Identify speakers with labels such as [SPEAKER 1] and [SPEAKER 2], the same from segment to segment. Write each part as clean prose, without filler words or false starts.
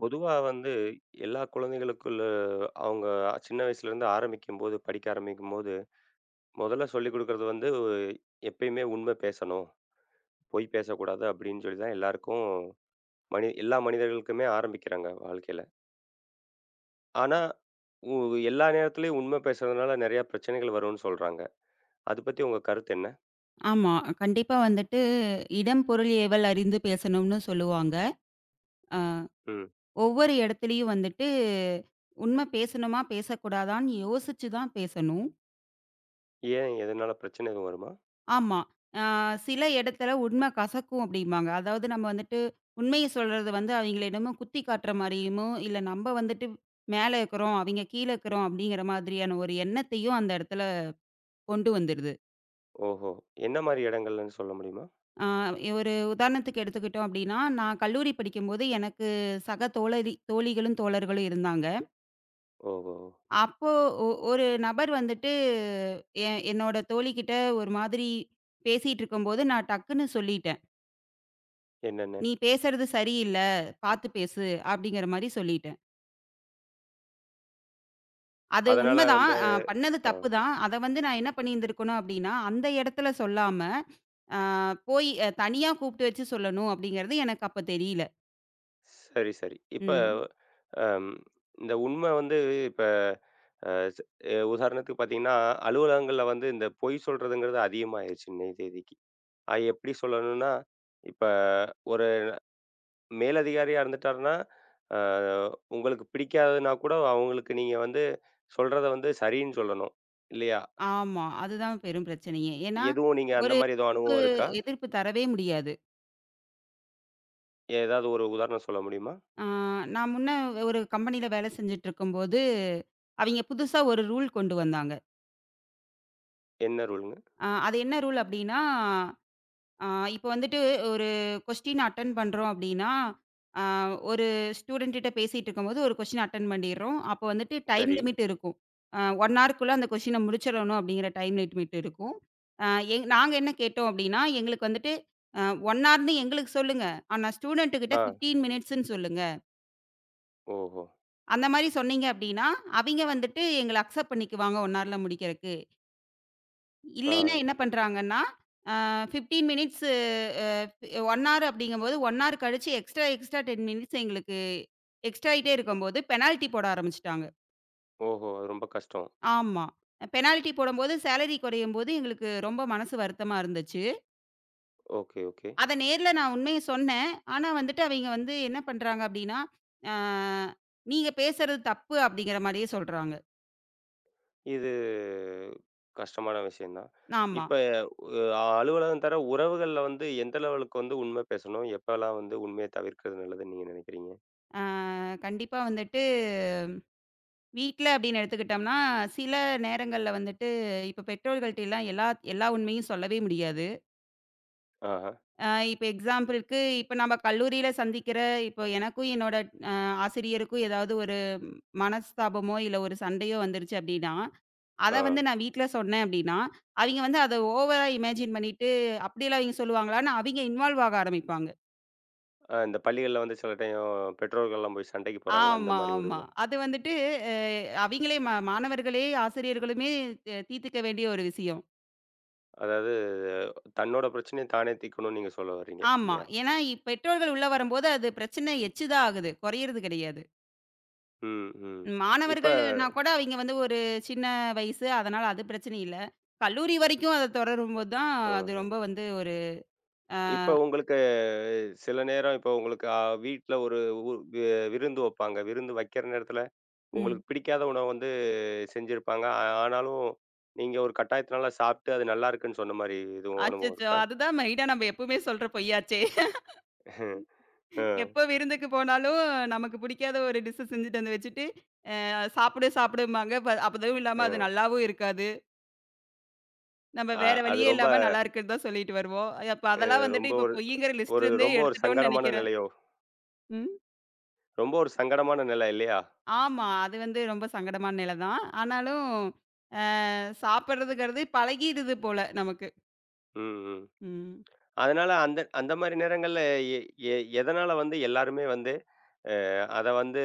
[SPEAKER 1] பொதுவா வந்து எல்லா குழந்தைகளுக்குள்ள அவங்க சின்ன வயசுலேருந்து ஆரம்பிக்கும்போது, படிக்க ஆரம்பிக்கும்போது, முதல்ல சொல்லிக் குடுக்குறது வந்து எப்பயுமே உண்மை பேசணும், பொய் பேசக்கூடாது அப்படின்னு சொல்லி தான் எல்லாருக்கும் எல்லா மனிதர்களுக்குமே ஆரம்பிக்கிறாங்க வாழ்க்கையில. ஆனா உ எல்லா நேரத்துலயும் உண்மை பேசுறதுனால நெறைய பிரச்சனைகள் வரும்னு சொல்றாங்க. அது பத்தி உங்க கருத்து என்ன?
[SPEAKER 2] ஆமா. கண்டிப்பா வந்துட்டு, "இடம், பொருள் ஏவல் அறிந்து பேசணும்னு" சொல்லுவாங்க. அ
[SPEAKER 1] ம்.
[SPEAKER 2] ஒவ்வொரு இடத்துலயும் வந்துட்டு, உண்மை பேசணுமா, பேசக்கூடாதான்னு யோசிச்சு தான் பேசணும்.
[SPEAKER 1] ஏன் எதனால பிரச்சனை எதுவும் வருமா?
[SPEAKER 2] ஆமா. அ சில இடத்துல உண்மை கசக்கும் அப்படிம்பாங்க. அதாவது நம்ம வந்துட்டு உண்மைய சொல்றது வந்து அவங்களிடமும் குத்தி காட்டுற மாரியுமோ, இல்ல நம்ம வந்துட்டு மேல இருக்கிறோம், அவங்க கீழ இருக்கிறோம் அப்படிங்கிற மாதிரியான ஒரு எண்ணத்தையும் அந்த இடத்துல கொண்டு வந்துருது.
[SPEAKER 1] ஓஹோ! என்ன மாரி இடங்கள்லன்னு சொல்ல முடியுமா?
[SPEAKER 2] ஆ ஒரு உதாரணத்துக்கு எடுத்துக்கிட்டோம் அப்படின்னா, நான் கல்லூரி படிக்கும்போது எனக்கு சக தோழரி தோழிகளும், தோழர்களும் இருந்தாங்க.
[SPEAKER 1] ஓஹோ!
[SPEAKER 2] அப்போ ஒரு நபர் வந்துட்டு என்னோட தோழிகிட்ட ஒரு மாதிரி பேசிட்டு இருக்கும்போது, நான் டக்குன்னு சொல்லிட்டேன்.
[SPEAKER 1] என்னென்ன?
[SPEAKER 2] "நீ பேசுறது சரியில்ல, பார்த்து பேசு" அப்படிங்கிற மாரி சொல்லிட்டேன். அது
[SPEAKER 1] அதனால
[SPEAKER 2] உண்மதான்.
[SPEAKER 1] வந்து
[SPEAKER 2] பண்ணது
[SPEAKER 1] ஆ.
[SPEAKER 2] தப்பு தான். அத வந்து நான் என்ன பண்ணியிருந்திருக்கணும் அப்படின்னா, அந்த இடத்துல சொல்லாம, ஆ போய் தனியா கூப்பிட்டு வச்சு சொல்லணும் அப்படிங்கிறது எனக்கு அப்ப தெரியல.
[SPEAKER 1] சரி, சரி. இப்ப
[SPEAKER 2] ம்.
[SPEAKER 1] அம் இந்த உண்மை வந்து இப்ப அ ஸ் எ உதாரணத்துக்கு பார்த்தீங்கன்னா, அலுவலகங்கள்ல வந்து இந்த பொய் சொல்றதுங்கிறது அதிகமாயிருச்சு இன்னைய தேதிக்கு. அது எப்படி சொல்லணும்னா, இப்ப ஒரு மேலதிகாரியா இருந்துட்டாருன்னா, அ உங்களுக்கு பிடிக்காதுன்னா கூட அவங்களுக்கு நீங்க வந்து சொல்றத வந்து சரின்னு சொல்லணும். இல்லையா?
[SPEAKER 2] ஆமா. அதுதான் பெரும் பிரச்சனையே. ஏன்னா,
[SPEAKER 1] எதுவும் நீங்க அந்த
[SPEAKER 2] ஒரு
[SPEAKER 1] மாரி எதுவும்
[SPEAKER 2] எதிர்ப்பு
[SPEAKER 1] அனுபவம் இருக்கா?
[SPEAKER 2] எதிர்ப்பு தரவே முடியாது.
[SPEAKER 1] ஏதாவது ஒரு உதாரணம் சொல்ல முடியுமா?
[SPEAKER 2] ஆ நான் முன்ன ஒரு கம்பெனியில வேலை செஞ்சுட்டு இருக்கும்போது, அவிங்க புதுசா ஒரு ரூல் கொண்டு வந்தாங்க.
[SPEAKER 1] என்ன ரூல்ங்க?
[SPEAKER 2] அது என்ன ரூல் அப்டின்னா ஆ இப்ப வந்துட்டு ஒரு கொஸ்டின் அட்டெண்ட் பண்றோம் அப்படின்னா, ஆ ஒரு ஸ்டூடண்ட் கிட்ட பேசிட்டு இருக்கும்போது ஒரு கொஸ்டின் அட்டெண்ட் பண்ணிடுறோம். அப்போ வந்துட்டு டைம்
[SPEAKER 1] சரி.
[SPEAKER 2] லிமிட் இருக்கும். 1 ஹார்க்குள்ள அந்த கொஸ்டின முடிச்சிடணும் அப்படிங்கிற டைம் லிமிட் இருக்கும். அ எங் நாங்க என்ன கேட்டோம் அப்படின்னா, எங்களுக்கு வந்துட்டு அ 1 ஹார்ன்னு எங்களுக்கு சொல்லுங்க. ஆனா ஸ்டூடண்ட்டு கிட்ட
[SPEAKER 1] ஆ.
[SPEAKER 2] 15 மினிட்ஸ்ன்னு சொல்லுங்க.
[SPEAKER 1] ஓஹோ!
[SPEAKER 2] அந்த மாரி சொன்னீங்க அப்படின்னா, அவிங்க வந்துட்டு எங்கள அக்செப்ட் பண்ணிக்குவாங்க 1 ஹார்ல முடிக்கிறக்கு.
[SPEAKER 1] ஆ.
[SPEAKER 2] இல்லைன்னா என்ன பண்றாங்கன்னா, அ 15 மினிட்ஸு 1 ஹவர் அப்படிங்கும்போது 1 ஹவர் கழிச்சு எக்ஸ்ட்ரா 10 மினிட்ஸ் எங்களுக்கு எக்ஸ்ட்ரா ஆயிட்டே இருக்கும்போது பெனால்டி போட ஆரம்பிச்சுட்டாங்க.
[SPEAKER 1] ஓஹோ! அது ரொம்ப கஷ்டம்.
[SPEAKER 2] ஆமா. பெனால்டி போடும்போது சேலரி குறையும்போது எங்களுக்கு ரொம்ப மனசு வருத்தமா இருந்துச்சு.
[SPEAKER 1] Okay, okay.
[SPEAKER 2] அத நேர்ல நான் உண்மைய சொன்னேன். ஆனா வந்துட்டு அவைங்க வந்து என்ன பண்றாங்க அப்படின்னா, அ "நீங்க பேசுறது தப்பு" அப்படிங்கிற மாரியே சொல்றாங்க.
[SPEAKER 1] இது கஷ்டமான விஷயம் தான்.
[SPEAKER 2] ஆமா.
[SPEAKER 1] இப்ப அலுவலகம் தர உறவுகள்ல வந்து எந்த லெவலுக்கு வந்து உண்மை பேசணும்? எப்பலாம் வந்து உண்மைய தவிர்க்கிறது நல்லதுன்னு நீங்க நினைக்கிறீங்க?
[SPEAKER 2] அ கண்டிப்பா வந்துட்டு வீட்ல அப்படின்னு எடுத்துக்கிட்டோம்னா, சில நேரங்கள்ல வந்துட்டு இப்ப பெற்றோர்கள்ட்டலாம் எல்லா எல்லா உண்மையும் சொல்லவே முடியாது.
[SPEAKER 1] ஆஹா.
[SPEAKER 2] அ இப்ப எக்ஸாம்பிளுக்கு இப்ப நம்ம கல்லூரியில சந்திக்கிற இப்ப எனக்கும் என்னோட அ ஆசிரியருக்கும் ஏதாவது ஒரு மனஸ்தாபமோ, இல்ல ஒரு சண்டையோ வந்துருச்சு அப்படின்னா, அத
[SPEAKER 1] ஆ.
[SPEAKER 2] வந்து நான் வீட்ல சொன்னேன் அப்படின்னா, அவிங்க வந்து அத ஓவரா இமேஜின் பண்ணிட்டு, "அப்படியெல்லாம் இவிங்க சொல்லுவாங்களான்னு?" அவிங்க இன்வால்வ் ஆக ஆரம்பிப்பாங்க.
[SPEAKER 1] இந்த பள்ளிகள்ல வந்து சில டைம் பெற்றோர்கள்லாம் போய் சண்டைக்கு போறாங்கல்ல, அந்த
[SPEAKER 2] ஆமா,
[SPEAKER 1] மாரி ஒரு
[SPEAKER 2] ஆமா.
[SPEAKER 1] வினா?
[SPEAKER 2] அது வந்துட்டு அ அவிங்களே மாணவர்களே, ஆசிரியர்களுமே தீர்த்துக்க வேண்டிய ஒரு விஷயம்.
[SPEAKER 1] அதாவது தன்னோட பிரச்சனைய தானே தீர்க்கணும்னு நீங்க சொல்ல வர்றீங்க
[SPEAKER 2] ஆமா.
[SPEAKER 1] இல்லையா?
[SPEAKER 2] ஏன்னா, பெற்றோர்கள் உள்ள வரும்போது அது பிரச்சனை எச்சு தான் ஆகுது. குறையறது கிடையாது.
[SPEAKER 1] ம், ம். இப்ப
[SPEAKER 2] மாணவர்கள்னா கூட அவைங்க வந்து ஒரு சின்ன வயசு. அதனால அது பிரச்சனை இல்ல. கல்லூரி வரைக்கும் அத தொடரும்போது தான் அது
[SPEAKER 1] ம்ஹ்ம்.
[SPEAKER 2] ரொம்ப வந்து ஒரு அ
[SPEAKER 1] இப்ப உங்களுக்கு சில நேரம் இப்ப உங்களுக்கு வீட்ல ஒரு உ வி- விருந்து வப்பாங்க. விருந்து வைக்கிற நேரத்துல
[SPEAKER 2] ம்.
[SPEAKER 1] உங்களுக்கு பிடிக்காத உணவு வந்து செஞ்சிருப்பாங்க. ஆனாலும் நீங்க ஒரு கட்டாயத்தினால சாப்பிட்டு அது நல்லா இருக்குன்னு சொன்ன மாரி எதுவும் அனுபவம்
[SPEAKER 2] அச்சச்சோ!
[SPEAKER 1] இருக்கா?
[SPEAKER 2] அதுதான் மெயினா நம்ம எப்பவுமே சொல்ற பொய்யாச்சே.
[SPEAKER 1] அ,
[SPEAKER 2] எப்போ விருந்துக்கு போனாலும் நமக்கு பிடிக்காத ஒரு டிஷ் செஞ்சுட்டு வந்து வச்சுட்டு, சாப்பிடு சாப்பிடும்பாங்க. அதுவும் இல்லாம அது
[SPEAKER 1] அ.
[SPEAKER 2] நல்லாவும் இருக்காது. நம்ம
[SPEAKER 1] அ
[SPEAKER 2] வேற
[SPEAKER 1] அது
[SPEAKER 2] வழியே
[SPEAKER 1] ரொம்ப
[SPEAKER 2] இல்லாம நல்லா இருக்குன்னு தான் சொல்லிட்டு வருவோம். அப்ப
[SPEAKER 1] அ
[SPEAKER 2] அதெல்லாம்
[SPEAKER 1] ரொம்ப
[SPEAKER 2] வந்துட்டு இப்ப
[SPEAKER 1] ஒரு
[SPEAKER 2] பொய்யுங்கிற லிஸ்ட்ல
[SPEAKER 1] ஒரு
[SPEAKER 2] இருந்தே
[SPEAKER 1] ரொம்ப ஒரு
[SPEAKER 2] எடுத்துட்டோம்னு
[SPEAKER 1] சங்கடமான
[SPEAKER 2] நெனைக்கிறேன்.
[SPEAKER 1] நிலையோ!
[SPEAKER 2] ம்.
[SPEAKER 1] ரொம்ப ஒரு சங்கடமான நிலை இல்லையா?
[SPEAKER 2] ஆமா. அது வந்து ரொம்ப சங்கடமான நிலை தான். ஆனாலும் அ சாப்பிடுறதுங்கிறது பழகிடுது போல நமக்கு.
[SPEAKER 1] ம், ம்.
[SPEAKER 2] ம்.
[SPEAKER 1] அதனால அந்த அந்த மாரி நேரங்கள்ல எ எ எதனால வந்து எல்லாருமே வந்து அத வந்து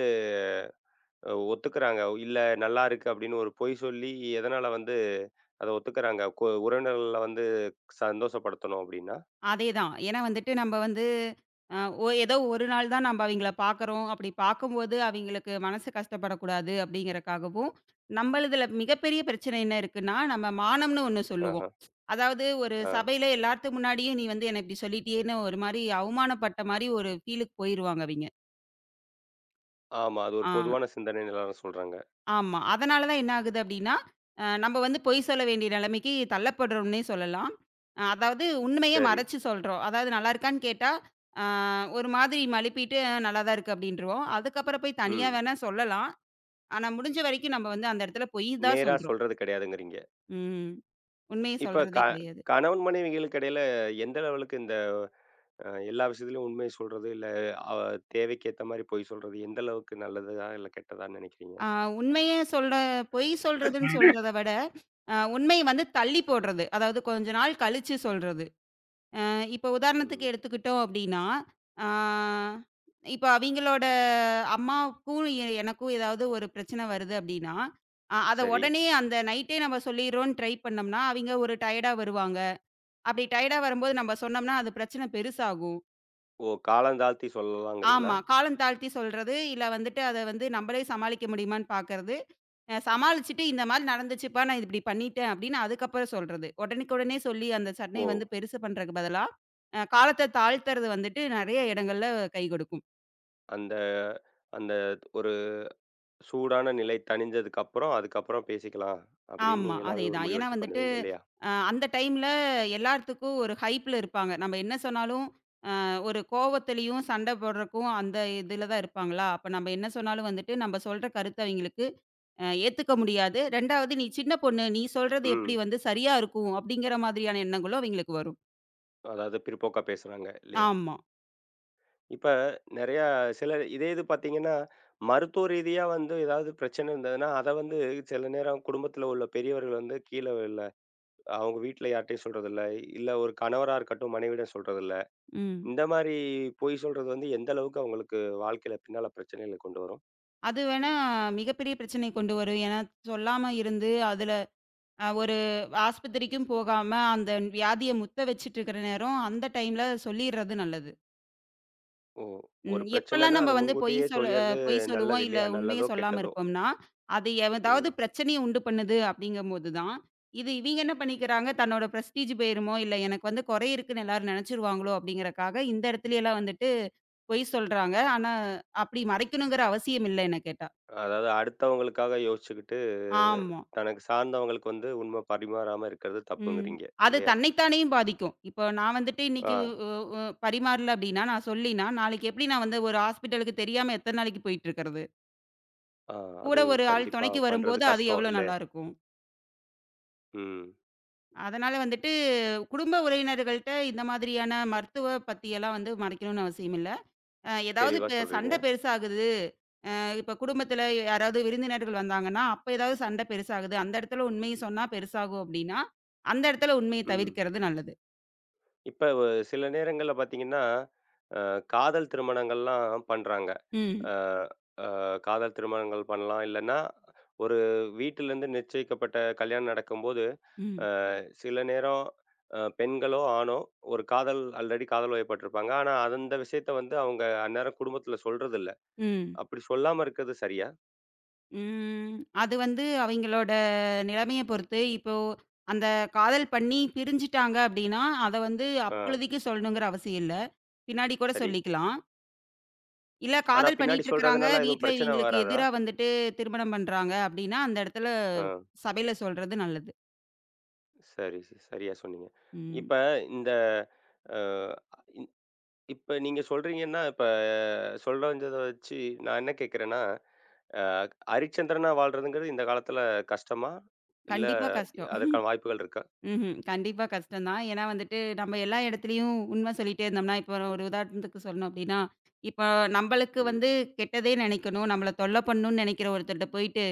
[SPEAKER 1] ஒத்துக்கிறாங்க? இல்ல நல்லா இருக்கு அப்படின்னு ஒரு பொய் சொல்லி எதனால வந்து அத ஒத்துக்கிறாங்க? உறவினர்கள வந்து சந்தோஷப்படுத்தணும் அப்படின்னா?
[SPEAKER 2] அதேதான். ஏன்னா வந்துட்டு நம்ம வந்து அ ஒ ஏதோ ஒரு நாள் தான் நம்ம அவைங்கள பார்க்குறோம். அப்படி பார்க்கும்போது அவைங்களுக்கு மனசு கஷ்டப்படக்கூடாது அப்படிங்கிறக்காகவும், நம்மளுதுல மிகப்பெரிய பிரச்சனை என்ன இருக்குன்னா, நம்ம மானம்னு ஒண்ணு சொல்லுவோம்.
[SPEAKER 1] ஆஹ.
[SPEAKER 2] அதாவது ஒரு
[SPEAKER 1] ஆ.
[SPEAKER 2] சபையில எல்லாத்துக்கு முன்னாடியும் நீ வந்து என்ன இப்படி சொல்லிட்டியேன்னு ஒரு மாரி அவமானப்பட்ட மாரி ஒரு ஃபீலுக்கு போயிருவாங்க அவைங்க.
[SPEAKER 1] ஆமா. அது ஒரு
[SPEAKER 2] ஆ.
[SPEAKER 1] பொதுவான சிந்தனைன்னு எல்லாரும் சொல்றாங்க.
[SPEAKER 2] ஆமா. அதனால தான் என்ன ஆகுது அப்டின்னா, நம்ம வந்து பொய் சொல்ல வேண்டிய நிலைமைக்கு தள்ளப்படுறோம்னே சொல்லலாம். அதாவது உண்மைய
[SPEAKER 1] சரி.
[SPEAKER 2] மறைச்சு சொல்றோம். அதாவது நல்லா இருக்கான்னு கேட்டா, ஆ ஒரு மாதிரி மழுப்பிட்டு நல்லா தான் இருக்கு அப்டின்ருவோம். அதுக்கப்புறம் போய் தனியா
[SPEAKER 1] ம்.
[SPEAKER 2] வேணா சொல்லலாம். ஆனா முடிஞ்ச வரைக்கும் நம்ம வந்து அந்த இடத்துல பொய் தான்
[SPEAKER 1] நேரா
[SPEAKER 2] சொல்றோம்.
[SPEAKER 1] சொல்றது கிடையாதுங்கிறீங்க.
[SPEAKER 2] ம். உண்மைய
[SPEAKER 1] இப்ப
[SPEAKER 2] சொல்றதே கிடையாது.
[SPEAKER 1] கணவன் மனைவிகளுக்கு இடையில எந்த லெவலுக்கு இந்த எல்லா விஷயத்துலயும் உண்மைய சொல்றது, இல்ல அவ தேவைக்கு ஏத்த மாரி பொய் சொல்றது, எந்த அளவுக்கு நல்லதா இல்ல கெட்டதான்னு நினைக்கிறீங்க?
[SPEAKER 2] ஆ உண்மைய சொல்ற பொய் சொல்றதுன்னு சொல்றத விட, உண்மைய வந்து தள்ளி போடுறது. அதாவது கொஞ்ச நாள் கழிச்சு சொல்றது. இப்போ உதாரணத்துக்கு
[SPEAKER 1] ம்.
[SPEAKER 2] எடுத்துக்கிட்டோம் அப்படின்னா, ஆ இப்போ அவிங்களோட அம்மாவுக்கும் எனக்கும் ஏதாவது ஒரு பிரச்சனை வருது அப்படின்னா, அத
[SPEAKER 1] சரி.
[SPEAKER 2] உடனே அந்த நைட்டே நம்ம சொல்லிர்றோம்ன்னு ட்ரை பண்ணோம்னா, அவிங்க ஒரு டயர்டா வருவாங்க. அப்படி டயர்டா வரும்போது நம்ம சொன்னோம்னா, அது பிரச்சனை பெருசாகும்.
[SPEAKER 1] ஓ! காலம் தாழ்த்தி சொல்லலாங்கிறீங்களா?
[SPEAKER 2] ஆமா. காலம் தாழ்த்தி சொல்றது, இல்ல வந்துட்டு அத வந்து நம்பளே சமாளிக்க முடியுமான்னு பாக்கறது. சமாளிச்சுட்டு இந்த மாரி நடந்துச்சுப்பா, நான் இப்படி பண்ணிட்டேன் அப்படின்னு அதுக்கப்புறம் சொல்றது. உடனுக்குடனே சொல்லி அந்த
[SPEAKER 1] ஓ!
[SPEAKER 2] சண்டைய வந்து பெருசு பண்றதுக்கு பதிலா, காலத்த தாழ்த்துறது வந்துட்டு நெறைய இடங்கள்ல கை கொடுக்கும்.
[SPEAKER 1] அந்த அந்த ஒரு சூடான நிலை தணிஞ்சதுக்கு அப்புறம், அதுக்கப்புறம் பேசிக்கலாம் அப்படின்னு
[SPEAKER 2] ஆமா,
[SPEAKER 1] நீங்களாவே ஒரு
[SPEAKER 2] அதேதான். ஏன்னா
[SPEAKER 1] முடிவெடுத்து
[SPEAKER 2] வந்துட்டு,
[SPEAKER 1] பண்ணுவீங்க இல்லையா?
[SPEAKER 2] அந்த டைம்ல எல்லாத்துக்கும் ஒரு ஹைப்ல இருப்பாங்க. நம்ம என்ன சொன்னாலும், ஒரு கோவத்திலயும், சண்டை போடுறக்கும் அந்த இதுல தான் இருப்பாங்களா, அப்ப நம்ம என்ன சொன்னாலும் வந்துட்டு, நம்ம சொல்ற கருத்து அவிங்களுக்கு ஏத்துக்க முடியாது. 2வது நீ சின்ன பொண்ணு, நீ சொல்றது எப்படி
[SPEAKER 1] ம்.
[SPEAKER 2] வந்து சரியா இருக்கும் அப்படிங்கிற மாதிரியான எண்ணங்களும் அவங்களுக்கு வரும்.
[SPEAKER 1] அதாவது பிற்போக்கா பேசுறாங்க இல்லையா?
[SPEAKER 2] ஆமா.
[SPEAKER 1] இப்ப நெறையா சிலர் இதே இது பார்த்தீங்கன்னா, மருத்துவ ரீதியா வந்து ஏதாவது பிரச்சனை இருந்ததுன்னா, அத வந்து சில நேரம் குடும்பத்தில உள்ள பெரியவர்கள் வந்து கீழ இல்ல அவங்க வீட்ல யார்ட்டயும் சொல்றதில்ல. இல்ல ஒரு கணவரா இருக்கட்டும், மனைவியிடம் சொல்றதில்ல.
[SPEAKER 2] ம்.
[SPEAKER 1] இந்த மாரி பொய் சொல்றது வந்து எந்த அளவுக்கு அவங்களுக்கு வாழ்க்கையில பின்னால பிரச்சனைகள கொண்டு வரும்?
[SPEAKER 2] அது வேணா மிகப்பெரிய பிரச்சனை கொண்டு வரும். ஏன்னா சொல்லாம இருந்து அதுல ஒரு ஆஸ்பத்திரிக்கும் போகாம அந்த வியாதிய முத்த வச்சுட்டு இருக்கிற நேரம், அந்த டைம்ல சொல்லிர்றது நல்லது.
[SPEAKER 1] ஓ! ஒரு
[SPEAKER 2] ம். எப்பல்லாம்
[SPEAKER 1] பிரச்சனைன்னா,
[SPEAKER 2] நம்ம
[SPEAKER 1] அத
[SPEAKER 2] வந்து
[SPEAKER 1] முன்கூட்டியே சொல்லிறது
[SPEAKER 2] பொய்
[SPEAKER 1] நல்லது
[SPEAKER 2] சொல்லுவோம், இல்ல
[SPEAKER 1] இல்லையா?
[SPEAKER 2] உண்மைய
[SPEAKER 1] நல்லதோ,
[SPEAKER 2] சொல்லாம
[SPEAKER 1] கெட்டதோ.
[SPEAKER 2] இருப்போம்னா, அது ஏதாவது
[SPEAKER 1] ம்.
[SPEAKER 2] பிரச்சனைய உண்டு பண்ணுது அப்படிங்கும்போது தான், இது இவிங்க என்ன பண்ணிக்கிறாங்க, தன்னோட பிரஸ்டீஜ் போயிருமோ, இல்ல எனக்கு வந்து குறை இருக்குன்னு எல்லாரும் நெனச்சுருவாங்களோ அப்படிங்கிறக்காக, இந்த இடத்துலயெல்லாம் வந்துட்டு பொய் சொல்றாங்க. ஆனா, அப்படி மறைக்கணுங்கிற அவசியம் இல்ல என்ன கேட்டா.
[SPEAKER 1] அதாவது அடுத்தவங்களுக்காக யோசிச்சுக்கிட்டு,
[SPEAKER 2] ஆமா.
[SPEAKER 1] தனக்கு சார்ந்தவங்களுக்கு வந்து உண்மை பரிமாறாம இருக்கிறது
[SPEAKER 2] ம்.
[SPEAKER 1] தப்புங்கிறீங்க.
[SPEAKER 2] அது
[SPEAKER 1] இல்லையா?
[SPEAKER 2] தன்னைத்தானேயும் பாதிக்கும். இப்போ நான் வந்துட்டு
[SPEAKER 1] ஆ.
[SPEAKER 2] இன்னைக்கு உ உ பரிமாறல அப்படின்னா, நான் சொல்லினா, நாளைக்கு எப்படி நான் வந்து ஒரு ஹாஸ்பிட்டலுக்கு தெரியாம எத்தன நாளைக்கு போயிட்டு இருக்கறது?
[SPEAKER 1] ஆ, அது
[SPEAKER 2] கூட ஒரு ஆள்
[SPEAKER 1] கண்டிப்பா
[SPEAKER 2] துணைக்கு
[SPEAKER 1] பண்றது
[SPEAKER 2] வரும்போது, அது
[SPEAKER 1] கஷ்டம்
[SPEAKER 2] எவ்வளோ
[SPEAKER 1] இல்லையா?
[SPEAKER 2] நல்லாருக்கும்.
[SPEAKER 1] ம்.
[SPEAKER 2] அதனால வந்துட்டு குடும்ப உறவினர்கள்ட்ட இந்த மாதிரியான மருத்துவ பத்தியெல்லாம் வந்து மறைக்கணும்னு அவசியம் இல்ல. அ ஏதாவது
[SPEAKER 1] தெளிவா
[SPEAKER 2] இப்ப
[SPEAKER 1] சொல்றீங்க.
[SPEAKER 2] சண்டை பெருசாகுது, அ இப்ப குடும்பத்தில யாராவது விருந்தினர்கள் வந்தாங்கன்னா, அப்ப ஏதாவது சண்டை பெருசாகுது, அந்த இடத்துல உண்மைய சொன்னா பெருசாகும் அப்டின்னா, அந்த இடத்துல உண்மைய
[SPEAKER 1] ம்.
[SPEAKER 2] தவிர்க்கிறது நல்லது.
[SPEAKER 1] இப்ப சில நேரங்கள்ல பார்த்தீங்கன்னா, அ காதல் திருமணங்கள்லாம் பண்றாங்க.
[SPEAKER 2] ம்,
[SPEAKER 1] அ அ காதல் திருமணங்கள் பண்ணலாம். இல்லன்னா, ஒரு வீட்டிலேருந்து நிச்சயிக்கப்பட்ட கல்யாணம் நடக்கும்போது,
[SPEAKER 2] ம்,
[SPEAKER 1] சில நேரம் பெண்களோ, ஆணோ ஒரு காதல் ஆல்ரெடி காதல் வயப்பட்டுருப்பாங்க. ஆனா, அந்த விஷயத்த வந்து அவங்க அந்நேரம் குடும்பத்தில சொல்றதில்ல.
[SPEAKER 2] ம்.
[SPEAKER 1] அப்படி சொல்லாம இருக்கிறது சரியா?
[SPEAKER 2] ம். அது வந்து அவைங்களோட நிலைமைய பொறுத்து. இப்போ அந்த காதல் பண்ணி பிரிஞ்சுட்டாங்க அப்டின்னா, அத வந்து
[SPEAKER 1] ஆ,
[SPEAKER 2] அப்பொழுதைக்கு சொல்லணுங்கிற அவசியம் இல்ல. பின்னாடி கூட
[SPEAKER 1] சரி.
[SPEAKER 2] சொல்லிக்கலாம். இல்ல
[SPEAKER 1] ஆனா
[SPEAKER 2] காதல்
[SPEAKER 1] பின்னாடி
[SPEAKER 2] பண்ணிட்டுருக்கிறாங்க,
[SPEAKER 1] சொல்றதுனால எதுவும்
[SPEAKER 2] வீட்ல
[SPEAKER 1] பிரச்சனை
[SPEAKER 2] இவைங்களுக்கு
[SPEAKER 1] வராதா?
[SPEAKER 2] எதிரா வந்துட்டு திருமணம் பண்றாங்க அப்டின்னா, அந்த இடத்துல
[SPEAKER 1] ஆ.
[SPEAKER 2] சபையில சொல்றது நல்லது.
[SPEAKER 1] சரி, சரியா சொன்னீங்க.
[SPEAKER 2] ம்.
[SPEAKER 1] இப்ப இந்த அ இன் இப்ப நீங்க சொல்றீங்கன்னா, இப்ப சொல்ல வந்தத வச்சு நான் என்ன கேட்கிறேன்னா, அ அரிச்சந்திரனா வாழ்றதுங்கிறது இந்த காலத்துல கஷ்டமா? இல்ல
[SPEAKER 2] கண்டிப்பா கஷ்டம்.
[SPEAKER 1] அதற்கான வாய்ப்புகள் இருக்கா?
[SPEAKER 2] ம்ஹ்ம். கண்டிப்பா கஷ்டம் தான். ஏன்னா வந்துட்டு, நம்ம எல்லா இடத்துலயும் உண்மை சொல்லிட்டே இருந்தோம்னா, இப்போ ஒரு உதாரணத்துக்கு சொல்லணும் அப்டின்னா, இப்போ நம்பளுக்கு
[SPEAKER 1] ம்.
[SPEAKER 2] வந்து கெட்டதே நினைக்கணும், நம்மள தொல்ல பண்ணணும்னு நினைக்கிற ஒருத்தர்ட்ட போயிட்டு,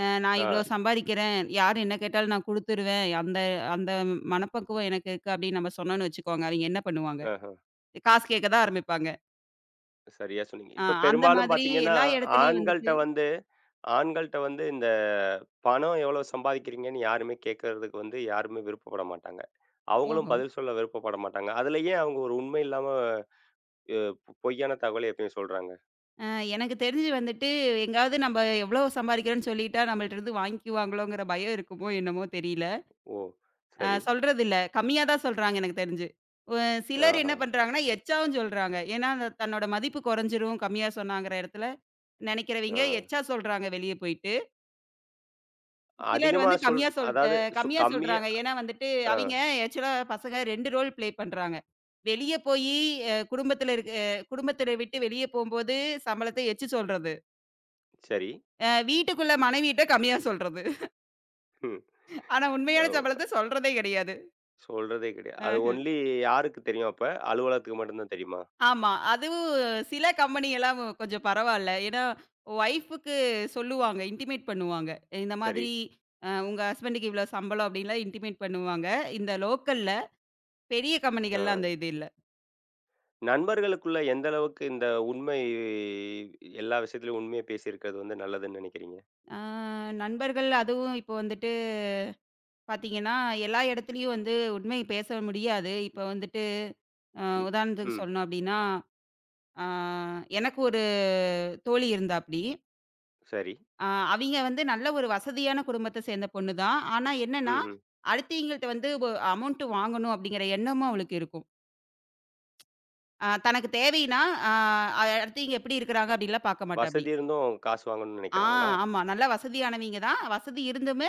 [SPEAKER 2] நான்
[SPEAKER 1] ஆ,
[SPEAKER 2] இவ்ளோ சம்பாரிக்கிறேன், யார் என்ன கேட்டாலும் நான் குடுத்துருவேன், அந்த அந்த மனப்பக்குவம் எனக்கு இருக்கு அப்டின்னு நம்ம சொன்னோம்னு வச்சுக்கோங்க, அவிங்க என்ன பண்ணுவாங்க?
[SPEAKER 1] ஆஹ.
[SPEAKER 2] காசு கேட்க தான் ஆரம்பிப்பாங்க.
[SPEAKER 1] சரியா சொன்னீங்க.
[SPEAKER 2] அ
[SPEAKER 1] இப்ப
[SPEAKER 2] அந்த
[SPEAKER 1] பெரும்பாலும்
[SPEAKER 2] மாதிரி
[SPEAKER 1] பார்த்தீங்கன்னா,
[SPEAKER 2] எல்லா இடத்துலயும்
[SPEAKER 1] ஆண்கள்ட்ட
[SPEAKER 2] வந்துட்டு
[SPEAKER 1] வந்து ஆண்கள்ட்ட வந்து இந்த பணம் எவ்வளோ சம்பாதிக்கிறீங்கன்னு யாருமே கேட்கறதுக்கு வந்து யாருமே விருப்பப்பட மாட்டாங்க. அவங்களும்
[SPEAKER 2] ஓஹோ!
[SPEAKER 1] பதில் சொல்ல விருப்பப்பட மாட்டாங்க. அதுல ஏன் அவங்க ஒரு உண்மை இல்லாம எ பொய்யான தகவல எப்பயும் சொல்றாங்க.
[SPEAKER 2] அ எனக்கு தெரிஞ்சு வந்துட்டு, எங்கயாவது நம்ம எவ்ளோ சம்பாரிக்கிறோம்னு சொல்லிட்டா, நம்மள்ட்ட இருந்து வாங்கிக்குவாங்களோங்கிற பயம் இருக்குமோ என்னமோ தெரியல.
[SPEAKER 1] ஓ! சரி.
[SPEAKER 2] சொல்றதில்ல. கம்மியா தான் சொல்றாங்க எனக்கு தெரிஞ்சு. ஒ சிலர்
[SPEAKER 1] ஆஹா.
[SPEAKER 2] என்ன பண்றாங்கன்னா, எச்சாவும் சொல்றாங்க. ஏன்னா, அந்த தன்னோட மதிப்பு குறைஞ்சிரும் கம்மியா சொன்னாங்கிற இடத்துல
[SPEAKER 1] ஆ.
[SPEAKER 2] நெனைக்கிறவைங்க எச்சா சொல்றாங்க வெளிய போயிட்டு. சிலர்
[SPEAKER 1] அதிகமா
[SPEAKER 2] வந்து
[SPEAKER 1] சொல் அதாவது
[SPEAKER 2] கம்மியா
[SPEAKER 1] கம்மியா
[SPEAKER 2] சொல்றாங்க. ஏன்னா வந்துட்டு
[SPEAKER 1] ஆ
[SPEAKER 2] அவைங்க ஆக்சுவலா பசங்க 2 ரோல் ப்ளே பண்றாங்க. வெளிய போயி அ குடும்பத்தில இருக்க குடும்பத்தில விட்டு வெளிய போம்போது சம்பளத்த எச்சு சொல்றது.
[SPEAKER 1] சரி.
[SPEAKER 2] வீட்டுக்குள்ள மனைவிட்ட கம்மியா சொல்றது.
[SPEAKER 1] ம்.
[SPEAKER 2] ஆனா உண்மையான
[SPEAKER 1] ஓ!
[SPEAKER 2] சம்பளத்த சொல்றதே கிடையாது.
[SPEAKER 1] சொல்றதே கிடையாது. அது
[SPEAKER 2] அ.
[SPEAKER 1] ஒன்லி யாருக்கு தெரியும் அப்ப? அலுவலகத்துக்கு மட்டும் தான் தெரியுமா?
[SPEAKER 2] ஆமா. அதுவும் சில கம்பெனி எல்லாம் கொஞ்சம் பரவால்ல. ஏன்னா, ஒய்ஃபுக்கு சொல்லுவாங்க. இன்டிமேட் பண்ணுவாங்க. இந்த
[SPEAKER 1] சரி.
[SPEAKER 2] மாதிரி உங்க ஹஸ்பண்டுக்கு இவ்வளோ சம்பளம் அப்டின்லாம் இன்டிமேட் பண்ணுவாங்க. இந்த லோக்கல்ல. பெரிய
[SPEAKER 1] ஆ.
[SPEAKER 2] கம்பெனிகள்ல அந்த இது இல்ல.
[SPEAKER 1] நண்பர்களுக்குள்ள எந்த அளவுக்கு இந்த உண்மை எல்லா விஷயத்திலயும் உண்மைய பேசியிருக்கிறது வந்து நல்லதுன்னு நினைக்கிறீங்க?
[SPEAKER 2] ஆ நண்பர்கள் அதுவும் இப்போ வந்துட்டு பார்த்தீங்கன்னா, எல்லா இடத்துலயும் வந்து உண்மை பேச முடியாது. இப்போ வந்துட்டு அ
[SPEAKER 1] இ
[SPEAKER 2] உதாரணத்துக்கு
[SPEAKER 1] ம்.
[SPEAKER 2] சொல்லணும் அப்டின்னா, ஆ எனக்கு ஒரு தோழி இருந்தாப்டி.
[SPEAKER 1] சரி.
[SPEAKER 2] ஆ அவிங்க வந்து நல்ல ஒரு வசதியான குடும்பத்த சேர்ந்த பொண்ணு தான். ஆனா என்னன்னா,
[SPEAKER 1] ம்ஹ்ம்.
[SPEAKER 2] அடுத்தவிங்கள்ட்ட வந்து அமௌண்ட் வாங்கணும் அப்படிங்கிற எண்ணமும் அவளுக்கு இருக்கும். தனக்கு தேவைன்னா, அ அடுத்தவிங்க எப்படி இருக்கிறாங்க அப்படின்லாம் பார்க்க மாட்டாப்படி.
[SPEAKER 1] வசதி இருந்தும் காசு வாங்கணும்னு
[SPEAKER 2] ஆ
[SPEAKER 1] நினைக்கிறாங்களா?
[SPEAKER 2] ஆமா. நல்லா வசதியானவிங்க தான். வசதி இருந்துமே,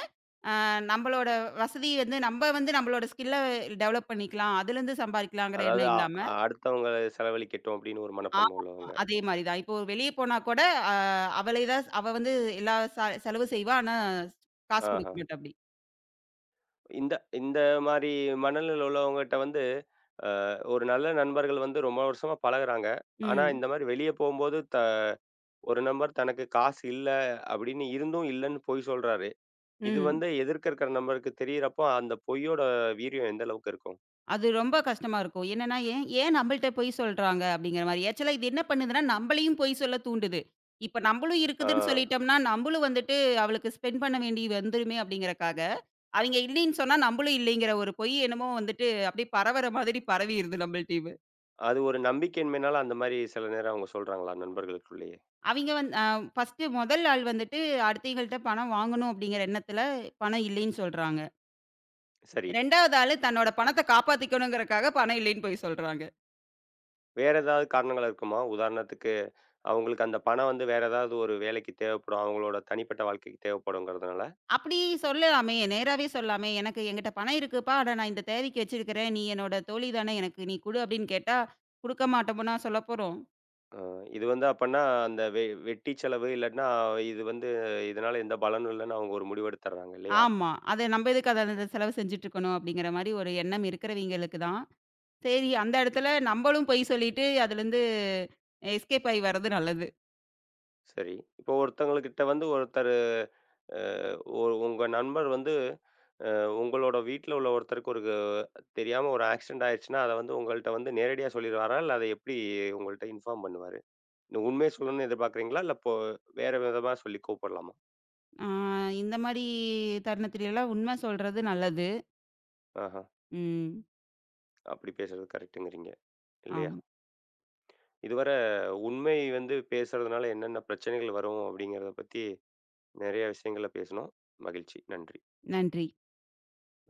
[SPEAKER 2] அ நம்பளோட வசதி வந்து நம்ப வந்து நம்பளோட ஸ்கில்ல டெவலப் பண்ணிக்கலாம். அதுலருந்து சம்பாரிக்கலாங்கிற
[SPEAKER 1] அதாவது
[SPEAKER 2] எண்ணம் இல்லாம
[SPEAKER 1] அடுத்தவங்கள செலவழிக்கட்டும் அப்படின்னு ஒரு மனப்பான்மை
[SPEAKER 2] ஆமா.
[SPEAKER 1] உள்ளவங்க.
[SPEAKER 2] அதே மாரி தான். இப்போ வெளிய போனா கூட அ அவளே தான் அவ வந்து எல்லா செலவு செய்வா. ஆனா காசு
[SPEAKER 1] ஆஹா.
[SPEAKER 2] குடுக்க மாட்டாப்படி.
[SPEAKER 1] இந்த இந்த மாரி மனநிலையில உள்ளவங்ககிட்ட வந்து, அ ஒரு நல்ல நண்பர்கள் வந்து ரொம்ப வருஷமா பழகுறாங்க. ஆனா,
[SPEAKER 2] ம்.
[SPEAKER 1] இந்த மாரி வெளிய போம்போது ஒரு நண்பர் தனக்கு காசு இல்ல அப்படின்னு இருந்தும் இல்லன்னு பொய் சொல்றாரு. இது
[SPEAKER 2] ம்.
[SPEAKER 1] வந்து எதிர்க்க இருக்கிற நண்பருக்கு தெரியிறப்போ, அந்த பொய்யோட வீரியம் எந்த அளவுக்கு இருக்கும்?
[SPEAKER 2] அது ரொம்ப கஷ்டமா இருக்கும். என்னன்னா, ஏன் ஏன் நம்மள்ட்ட பொய் சொல்றாங்க? அப்படிங்கிற மாரி. ஆக்சுவலா இது என்ன பண்ணுதுன்னா, நம்மளையும் பொய் சொல்ல தூண்டுது. இப்ப நம்மளும்
[SPEAKER 1] ஆ
[SPEAKER 2] இருக்குதுன்னு சொல்லிட்டோம்னா, நம்மளும் வந்துட்டு அவளுக்கு ஸ்பெண்ட் பண்ண வேண்டி வந்துருமே அப்படிங்கிறக்காக, அவிங்க இல்லைன்னு சொன்னா நம்மளும் இல்லைங்கிற ஒரு பொய் என்னமோ வந்துட்டு அப்படியே பரவற மாதிரி பரவிருது நம்மள்ட்டயுமே.
[SPEAKER 1] அது ஒரு நம்பிக்கையின்மைனால அந்த மாரி சில நேரம் அவங்க சொல்றாங்களா நண்பர்களுக்குள்ளேயே?
[SPEAKER 2] அவிங்க வந் அ ஃபர்ஸ்ட்டு முதல் ஆள் வந்துட்டு அடுத்தவிங்கள்ட்ட பணம் வாங்கணும் அப்படிங்கிற எண்ணத்துல பணம் இல்லைன்னு சொல்றாங்க.
[SPEAKER 1] சரி.
[SPEAKER 2] 2வது ஆளு தன்னோட பணத்த காப்பாத்திக்கணுங்கிறக்காக பணம் இல்லைன்னு பொய் சொல்றாங்க.
[SPEAKER 1] வேற ஏதாவது காரணங்கள் இருக்குமா? உதாரணத்துக்கு அவங்களுக்கு அந்த பணம் வந்து வேற ஏதாவது ஒரு வேலைக்கு தேவைப்படும். அவங்களோட தனிப்பட்ட வாழ்க்கைக்கு தேவைப்படுங்கிறதுனால?
[SPEAKER 2] அப்படி சொல்லலாமே! நேராவே சொல்லாமே! "எனக்கு என்கிட்ட பணம் இருக்குப்பா. ஆனா நான் இந்த தேவைக்கு வச்சிருக்கிறேன். நீ என்னோட தோழி தானே! எனக்கு நீ குடு" அப்படின்னு கேட்டா, குடுக்க மாட்டோம்னா சொல்லப்போறோம்.
[SPEAKER 1] அ இது வந்து அப்பன்னா அந்த வெட்டி செலவு இல்லாட்ன்னா, இது வந்து இதனால எந்த பலனும் இல்லன்னு அவங்க ஒரு முடிவெடுத்துர்றாங்க இல்லையா?
[SPEAKER 2] ஆமா. அத நம்ம எதுக்கு அத அத செலவு செஞ்சுட்டுருக்கணும் அப்படிங்கிற மாரி ஒரு எண்ணம் இருக்கிறவைங்களுக்கு தான். சரி அந்த இடத்துல நம்பளும் பொய் சொல்லிட்டு அதுலேருந்து எஸ்கேப் ஆயி வர்றது நல்லது.
[SPEAKER 1] சரி. இப்போ ஒருத்தவங்ககிட்ட வந்து ஒருத்தரு அ ஒ உங்க நண்பர் வந்து அ உங்களோட வீட்ல உள்ள ஒருத்தருக்கு ஒரு தெரியாம ஒரு ஆக்சிடென்ட் ஆயிருச்சுன்னா, அத வந்து உங்கள்ட்ட வந்து நேரடியா சொல்லிருவாரா? இல்ல அத எப்படி உங்கள்ட்ட இன்ஃபார்ம் பண்ணுவாரு? நீங்க உண்மைய சொல்லணும்னு எதிர்பார்க்குறீங்களா? இல்ல இப்போ வேற விதமா சொல்லி கூப்படலாமா?
[SPEAKER 2] ஆ இந்த மாரி தருணத்திலலாம் உண்ம சொல்றது நல்லது.
[SPEAKER 1] ஆஹா.
[SPEAKER 2] ம்.
[SPEAKER 1] அப்படி பேசுறது கரெக்ட்டுங்கிறீங்க. இல்லையா?
[SPEAKER 2] ஆமா.
[SPEAKER 1] இதுவரை உண்மை வந்து பேசுறதுனால என்னென்ன பிரச்சனைகள் வரும் அப்படிங்கிறத பத்தி நிறைய விஷயங்கள பேசினோம். மகிழ்ச்சி. நன்றி.
[SPEAKER 2] நன்றி.